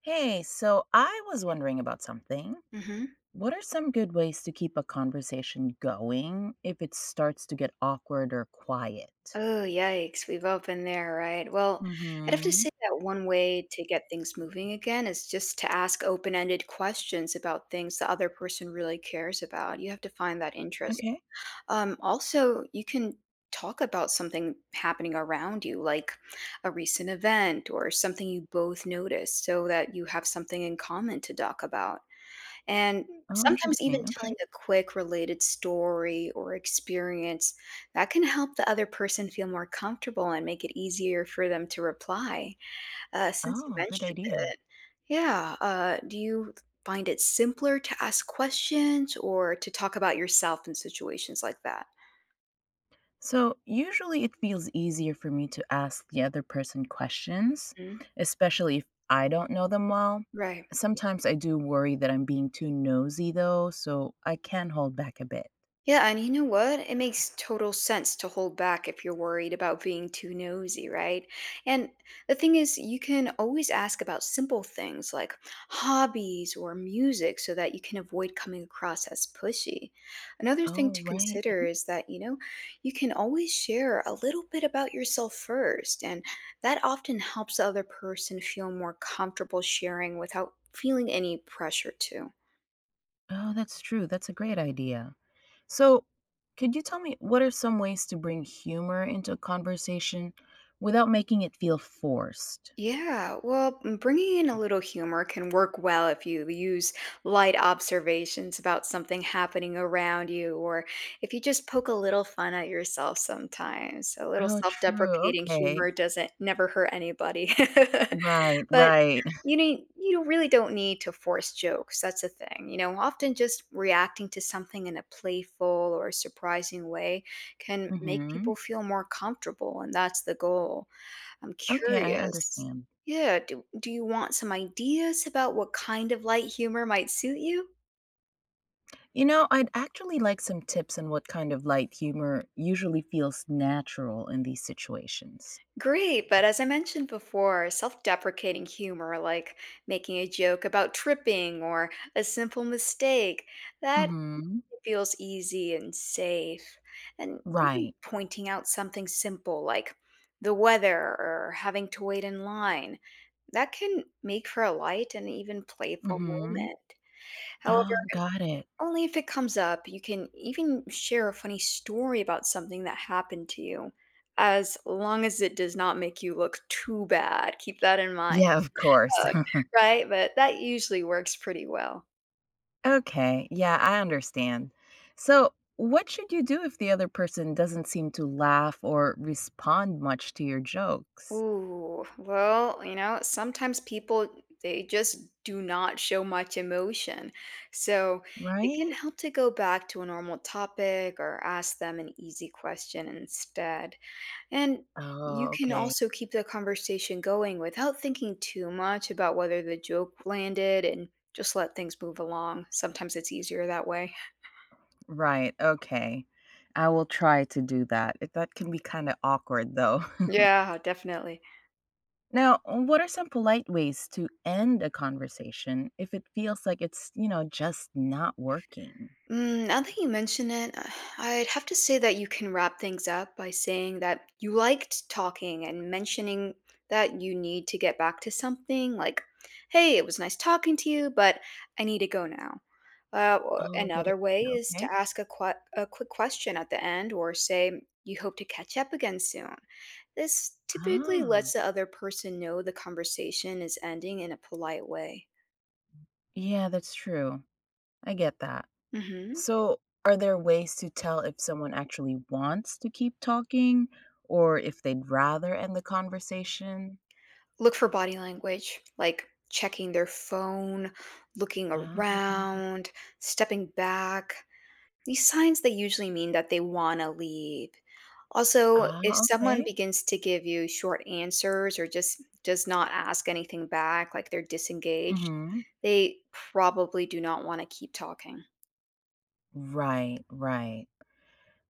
Hey, so I was wondering about something. hmm What are some good ways to keep a conversation going if it starts to get awkward or quiet? Oh, yikes. We've all been there, right? Well, I'd have to Mm-hmm. say that one way to get things moving again is just to ask open ended questions about things the other person really cares about. You have to find that interest. Okay. Also, you can talk about something happening around you, like a recent event or something you both noticed, so that you have something in common to talk about. And Oh, sometimes even interesting. Okay. telling a quick related story or experience that can help the other person feel more comfortable and make it easier for them to reply. Since you Oh, good mentioned idea. it, yeah, do you find it simpler to ask questions or to talk about yourself in situations like that? So usually it feels easier for me to ask the other person questions, Mhm. especially if I don't know them well. Right. Sometimes I do worry that I'm being too nosy though, so I can hold back a bit. Yeah, and you know what? It makes total sense to hold back if you're worried about being too nosy, right? And the thing is, you can always ask about simple things like hobbies or music so that you can avoid coming across as pushy. Another thing Oh, to right. consider is that, you know, you can always share a little bit about yourself first, and that often helps the other person feel more comfortable sharing without feeling any pressure to. Oh, that's true. That's a great idea. So, could you tell me what are some ways to bring humor into a conversation without making it feel forced? Yeah, well, bringing in a little humor can work well if you use light observations about something happening around you, or if you just poke a little fun at yourself sometimes. A little Oh, true. self-deprecating Okay. humor doesn't never hurt anybody. Right, But right. you need you don't- really don't need to force jokes. That's the thing. You know, often just reacting to something in a playful or surprising way can make hmm. people feel more comfortable, and that's the goal. I'm Okay, I curious. understand. Yeah, do you want some ideas about what kind of light humor might suit you? I'd actually like some tips on what kind of light humor usually feels natural in these situations. Great, but as I mentioned before, self deprecating humor, like making a joke about tripping or a simple mistake, that Hmm. feels easy and safe. And even Right. pointing out something simple like the weather or having to wait in line, that can make for a light and even playful Hmm. moment. However, Oh, got it. only if it comes up. You can even share a funny story about something that happened to you, as long as it does not make you look too bad. Keep that in mind, Yeah, of course. uh, right? But that usually works pretty well. Okay, yeah, I understand. So, what should you do if the other person doesn't seem to laugh or respond much to your jokes? Ooh, well, you know, sometimes people they just do not show much emotion. So it can Right? help to go back to a normal topic or ask them an easy question instead. And Oh, you can okay. also keep the conversation going without thinking too much about whether the joke landed and just let things move along. Sometimes it's easier that way. Right. Okay. I will try to do that. It- that can be kind of awkward, though. Yeah, definitely. now, what are some polite ways to end a conversation if it feels like it's just not working? Mm, now that you mention it, I'd have to say that you can wrap things up by saying that you liked talking and mentioning that you need to get back to something like, hey, it was nice talking to you, but I need to go now. Or Oh, good another way idea. is Okay. to ask a quick question at the end or say, you hope to catch up again soon. This typically lets Ah, the other person know the conversation is ending in a polite way. yeah, that's true. I get that. hmm So, are there ways to tell if someone actually wants to keep talking or if they'd rather end the conversation? Look for body language, like checking their phone, looking Um, around, stepping back. These signs they usually mean that they want to leave. Also, ah, if someone okay. begins to give you short answers or just does not ask anything back, like they're disengaged, Hmm. they probably do not want to keep talking. Right, right.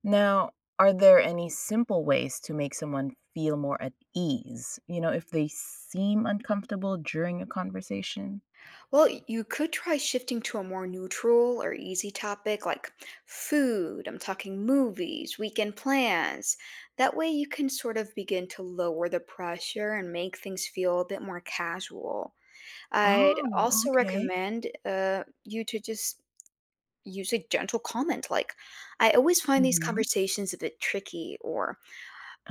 Now, are there any simple ways to make someone feel more at ease? You know, if they seem uncomfortable during a conversation? Well, you could try shifting to a more neutral or easy topic like food. I'm talking movies, weekend plans. That way, you can sort of begin to lower the pressure and make things feel a bit more casual. I'd Oh, also okay. recommend you to just use a gentle comment like, I always find these Mm-hmm. conversations a bit tricky, or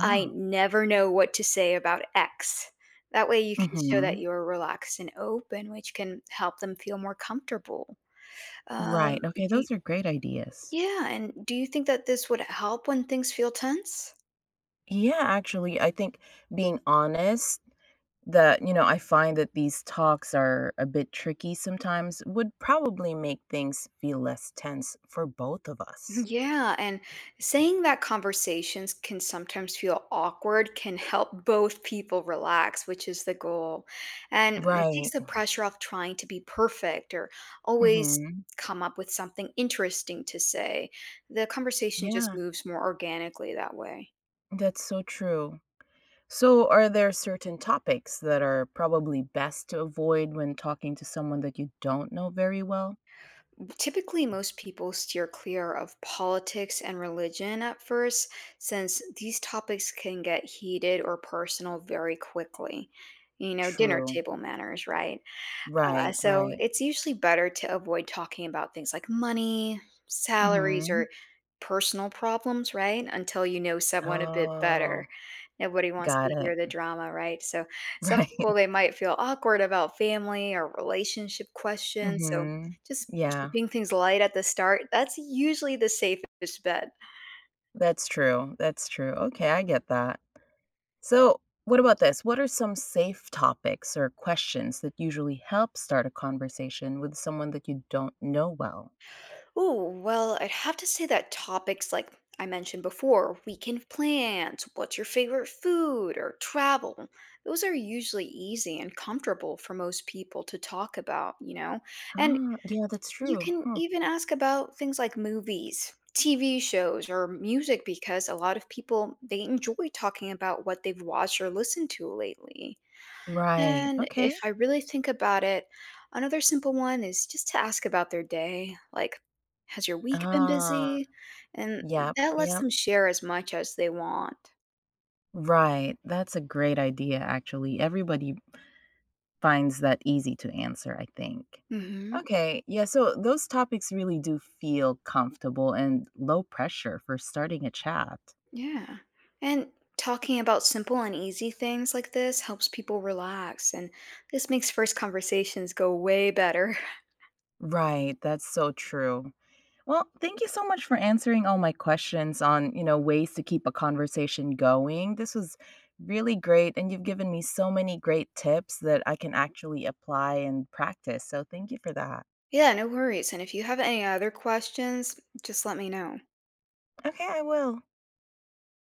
I never know what to say about X. That way you can show that mm-hmm. you're relaxed and open, which can help them feel more comfortable. Um, Right. do Okay. you, Those are great ideas. yeah, and do you think that this would help when things feel tense? Yeah, actually, I think being honest, I find that these talks are a bit tricky sometimes would probably make things feel less tense for both of us. Yeah, and saying that conversations can sometimes feel awkward can help both people relax, which is the goal. And it takes Right. the pressure off trying to be perfect or always Mhm. come up with something interesting to say. The conversation just Yeah, moves more organically that way. that's so true. So, are there certain topics that are probably best to avoid when talking to someone that you don't know very well? Typically, most people steer clear of politics and religion at first, since these topics can get heated or personal very quickly. You know, dinner True. table manners, right? Uh, Right, so right. it's usually better to avoid talking about things like money, salaries, or Mhm. personal problems, right? Until you know someone a bit better. Oh, Nobody wants got to it. hear the drama, right? So some Right. people they might feel awkward about family or relationship questions. So Mhm. just Yeah. keeping things light at the start, that's usually the safest bet. That's true, that's true. Okay, I get that. So, what about this? What are some safe topics or questions that usually help start a conversation with someone that you don't know well? Oh well, I'd have to say that topics like I mentioned before, weekend plans, what's your favorite food, or travel, those are usually easy and comfortable for most people to talk about, you know? And Ah, yeah, that's you true. can Huh. even ask about things like movies, TV shows, or music because a lot of people they enjoy talking about what they've watched or listened to lately. Right. And if Okay. I really think about it, another simple one is just to ask about their day. Like, has your week been Ah, busy? And yep, that lets yep. them share as much as they want. Right. That's a great idea, actually. Everybody finds that easy to answer, I think. hmm Okay. Yeah. So those topics really do feel comfortable and low pressure for starting a chat. Yeah. And talking about simple and easy things like this helps people relax, and this makes first conversations go way better. Right, that's so true. Well, thank you so much for answering all my questions on, ways to keep a conversation going. This was really great and you've given me so many great tips that I can actually apply and practice. So, thank you for that. Yeah, no worries. And if you have any other questions, just let me know. Okay, I will.